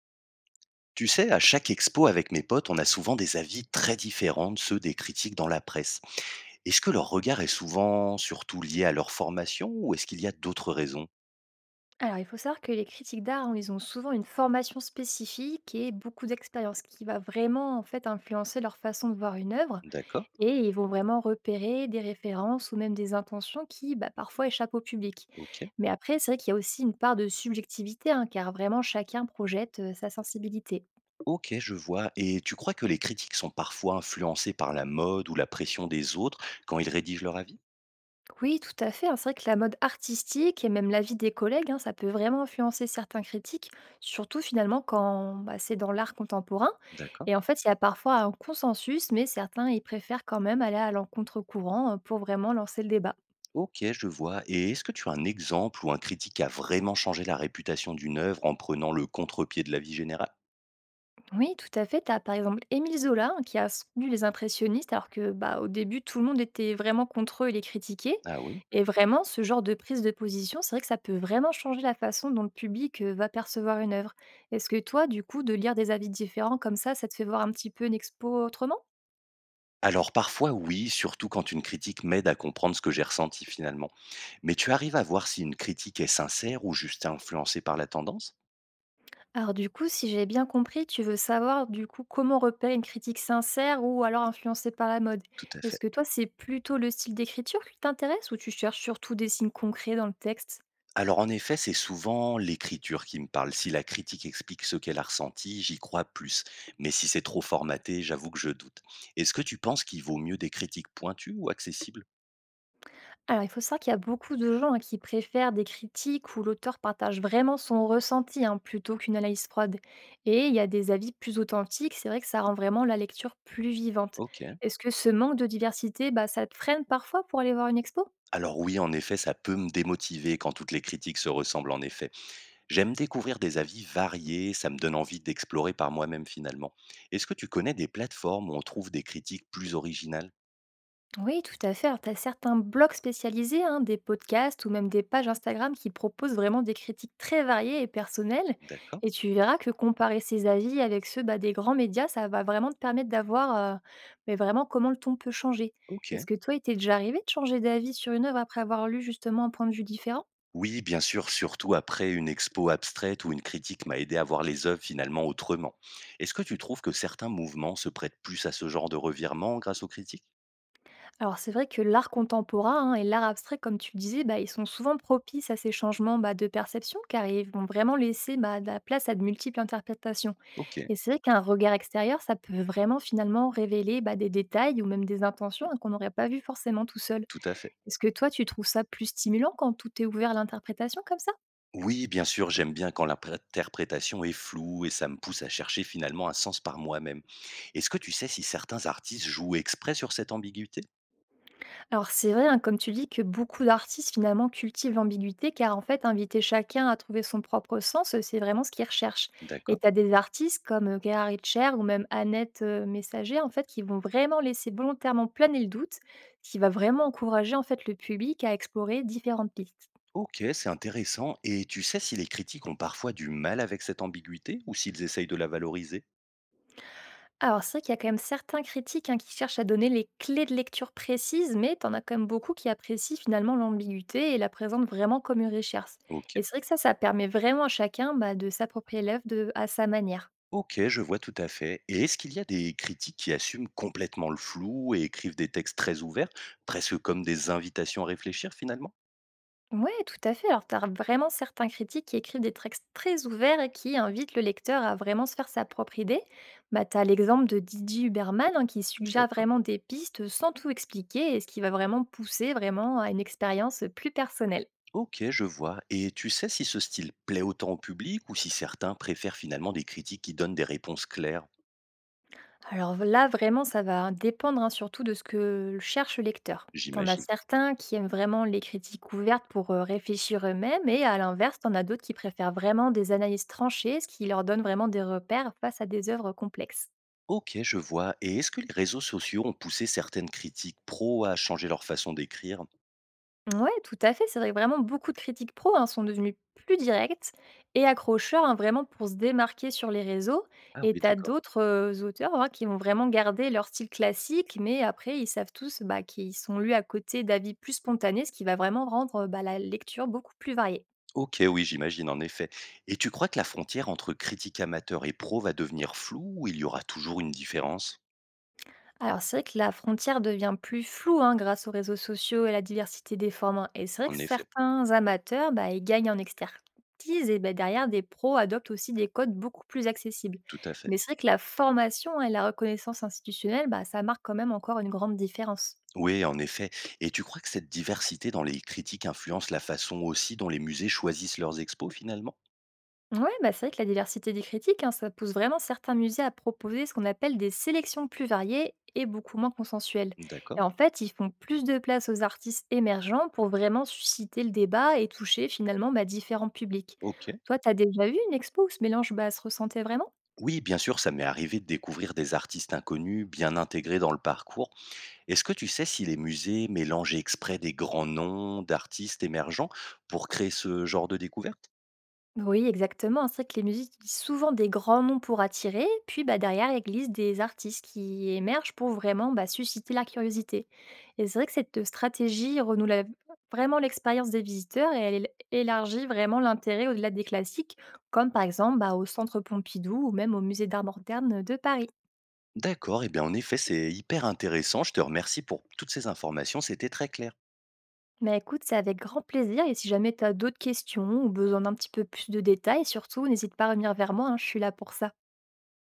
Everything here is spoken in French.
Tu sais, à chaque expo avec mes potes, on a souvent des avis très différents de ceux des critiques dans la presse. Est-ce que leur regard est souvent surtout lié à leur formation ou est-ce qu'il y a d'autres raisons? Alors, il faut savoir que les critiques d'art, hein, ils ont souvent une formation spécifique et beaucoup d'expérience, qui va vraiment en fait influencer leur façon de voir une œuvre. D'accord. Et ils vont vraiment repérer des références ou même des intentions qui, bah, parfois, échappent au public. Ok. Mais après, c'est vrai qu'il y a aussi une part de subjectivité, hein, car vraiment chacun projette sa sensibilité. Ok, je vois. Et tu crois que les critiques sont parfois influencées par la mode ou la pression des autres quand ils rédigent leur avis? Oui, tout à fait, hein. C'est vrai que la mode artistique et même l'avis des collègues, hein, ça peut vraiment influencer certains critiques, surtout finalement quand bah, c'est dans l'art contemporain. D'accord. Et en fait, il y a parfois un consensus, mais certains, ils préfèrent quand même aller à l'encontre courant pour vraiment lancer le débat. Ok, je vois. Et est-ce que tu as un exemple où un critique a vraiment changé la réputation d'une œuvre en prenant le contre-pied de la vie générale? Oui, tout à fait. Tu as par exemple Émile Zola hein, qui a soutenu les impressionnistes alors que bah, au début tout le monde était vraiment contre eux et les critiquait. Ah oui. Et vraiment, ce genre de prise de position, c'est vrai que ça peut vraiment changer la façon dont le public va percevoir une œuvre. Est-ce que toi, du coup, de lire des avis différents comme ça te fait voir un petit peu une expo autrement? Alors parfois oui, surtout quand une critique m'aide à comprendre ce que j'ai ressenti finalement. Mais tu arrives à voir si une critique est sincère ou juste influencée par la tendance? Alors du coup, si j'ai bien compris, tu veux savoir du coup comment repérer une critique sincère ou alors influencée par la mode. Tout à Est-ce fait. que toi, c'est plutôt le style d'écriture qui t'intéresse ou tu cherches surtout des signes concrets dans le texte? Alors en effet, c'est souvent l'écriture qui me parle. Si la critique explique ce qu'elle a ressenti, j'y crois plus. Mais si c'est trop formaté, j'avoue que je doute. Est-ce que tu penses qu'il vaut mieux des critiques pointues ou accessibles? Alors, il faut savoir qu'il y a beaucoup de gens hein, qui préfèrent des critiques où l'auteur partage vraiment son ressenti hein, plutôt qu'une analyse froide. Et il y a des avis plus authentiques, c'est vrai que ça rend vraiment la lecture plus vivante. Ok. Est-ce que ce manque de diversité, bah, ça te freine parfois pour aller voir une expo? Alors oui, en effet, ça peut me démotiver quand toutes les critiques se ressemblent en effet. J'aime découvrir des avis variés, ça me donne envie d'explorer par moi-même finalement. Est-ce que tu connais des plateformes où on trouve des critiques plus originales? Oui, tout à fait. Alors, tu as certains blogs spécialisés, hein, des podcasts ou même des pages Instagram qui proposent vraiment des critiques très variées et personnelles. D'accord, Et tu verras que comparer ces avis avec ceux bah, des grands médias, ça va vraiment te permettre d'avoir mais vraiment comment le ton peut changer. ok. Est-ce que toi, il t'est déjà arrivé de changer d'avis sur une œuvre après avoir lu justement un point de vue différent? Oui, bien sûr, surtout après une expo abstraite ou une critique m'a aidé à voir les œuvres finalement autrement. Est-ce que tu trouves que certains mouvements se prêtent plus à ce genre de revirement grâce aux critiques? Alors c'est vrai que l'art contemporain hein, et l'art abstrait, comme tu le disais, bah, ils sont souvent propices à ces changements bah, de perception car ils vont vraiment laisser bah, de la place à de multiples interprétations. Ok, Et c'est vrai qu'un regard extérieur, ça peut vraiment finalement révéler, bah, des détails ou même des intentions, hein, qu'on n'aurait pas vues forcément tout seul. tout à fait. Est-ce que toi, tu trouves ça plus stimulant quand tout est ouvert à l'interprétation comme ça? Oui, bien sûr, j'aime bien quand l'interprétation est floue et ça me pousse à chercher finalement un sens par moi-même. Est-ce que tu sais si certains artistes jouent exprès sur cette ambiguïté? Alors c'est vrai, hein, comme tu dis, que beaucoup d'artistes finalement cultivent l'ambiguïté car inviter chacun à trouver son propre sens, c'est vraiment ce qu'ils recherchent. Et D'accord. tu as des artistes comme, Guerard Richer ou même Annette, Messager en fait qui vont vraiment laisser volontairement planer le doute, ce qui va vraiment encourager en fait le public à explorer différentes pistes. Ok, c'est intéressant. Et tu sais si les critiques ont parfois du mal avec cette ambiguïté ou s'ils essayent de la valoriser? Alors c'est vrai qu'il y a quand même certains critiques, hein, qui cherchent à donner les clés de lecture précises, mais t'en as quand même beaucoup qui apprécient finalement l'ambiguïté et la présentent vraiment comme une richesse. Ok. Et c'est vrai que ça permet vraiment à chacun bah, de s'approprier l'œuvre à sa manière. Ok, je vois tout à fait. Et est-ce qu'il y a des critiques qui assument complètement le flou et écrivent des textes très ouverts, presque comme des invitations à réfléchir finalement? Ouais, tout à fait. Alors, tu as vraiment certains critiques qui écrivent des textes très ouverts et qui invitent le lecteur à vraiment se faire sa propre idée. Bah, tu as l'exemple de Didier Huberman hein, qui suggère D'accord. vraiment des pistes sans tout expliquer et ce qui va vraiment pousser vraiment à une expérience plus personnelle. Ok, je vois. Et tu sais si ce style plaît autant au public ou si certains préfèrent finalement des critiques qui donnent des réponses claires? Alors là, vraiment, ça va dépendre, hein, surtout de ce que cherche le lecteur. T'en as J'imagine. certains qui aiment vraiment les critiques ouvertes pour, réfléchir eux-mêmes et à l'inverse, t'en as d'autres qui préfèrent vraiment des analyses tranchées, ce qui leur donne vraiment des repères face à des œuvres complexes. Ok, je vois. Et est-ce que les réseaux sociaux ont poussé certaines critiques pro à changer leur façon d'écrire? Ouais, tout à fait. C'est vrai que vraiment beaucoup de critiques pro hein, sont devenues plus directes et accrocheurs hein, vraiment pour se démarquer sur les réseaux. Ah Et oui, tu as d'accord. d'autres auteurs hein, qui vont vraiment garder leur style classique, mais après, ils savent tous bah, qu'ils sont lus à côté d'avis plus spontanés, ce qui va vraiment rendre la lecture beaucoup plus variée. OK, oui, j'imagine en effet. Et tu crois que la frontière entre critique amateur et pro va devenir floue ou il y aura toujours une différence? Alors, c'est vrai que la frontière devient plus floue hein, grâce aux réseaux sociaux et la diversité des formes, hein. Et c'est vrai que En effet, certains amateurs, bah, ils gagnent en expertise et bah, derrière, des pros adoptent aussi des codes beaucoup plus accessibles. tout à fait. Mais c'est vrai que la formation et la reconnaissance institutionnelle, bah, ça marque quand même encore une grande différence. Oui, en effet. Et tu crois que cette diversité dans les critiques influence la façon aussi dont les musées choisissent leurs expos finalement? Ouais, bah c'est vrai que la diversité des critiques, hein, ça pousse vraiment certains musées à proposer ce qu'on appelle des sélections plus variées et beaucoup moins consensuelles. Et D'accord. Ils font plus de place aux artistes émergents pour vraiment susciter le débat et toucher finalement bah, différents publics. OK. Toi, t'as déjà vu une expo où ce mélange bah, se ressentait vraiment? Oui, bien sûr, ça m'est arrivé de découvrir des artistes inconnus bien intégrés dans le parcours. Est-ce que tu sais si les musées mélangent exprès des grands noms d'artistes émergents pour créer ce genre de découverte? Oui, exactement. C'est vrai que les musiques utilisent souvent des grands noms pour attirer, puis bah, derrière, elles glissent des artistes qui émergent pour vraiment bah, susciter la curiosité. Et c'est vrai que cette stratégie renoue vraiment l'expérience des visiteurs et elle élargit vraiment l'intérêt au-delà des classiques, comme par exemple bah, au Centre Pompidou ou même au Musée d'art moderne de Paris. D'accord et bien, en effet, c'est hyper intéressant. Je te remercie pour toutes ces informations, c'était très clair. Mais écoute, c'est avec grand plaisir et si jamais tu as d'autres questions ou besoin d'un petit peu plus de détails, surtout, n'hésite pas à revenir vers moi, hein, je suis là pour ça.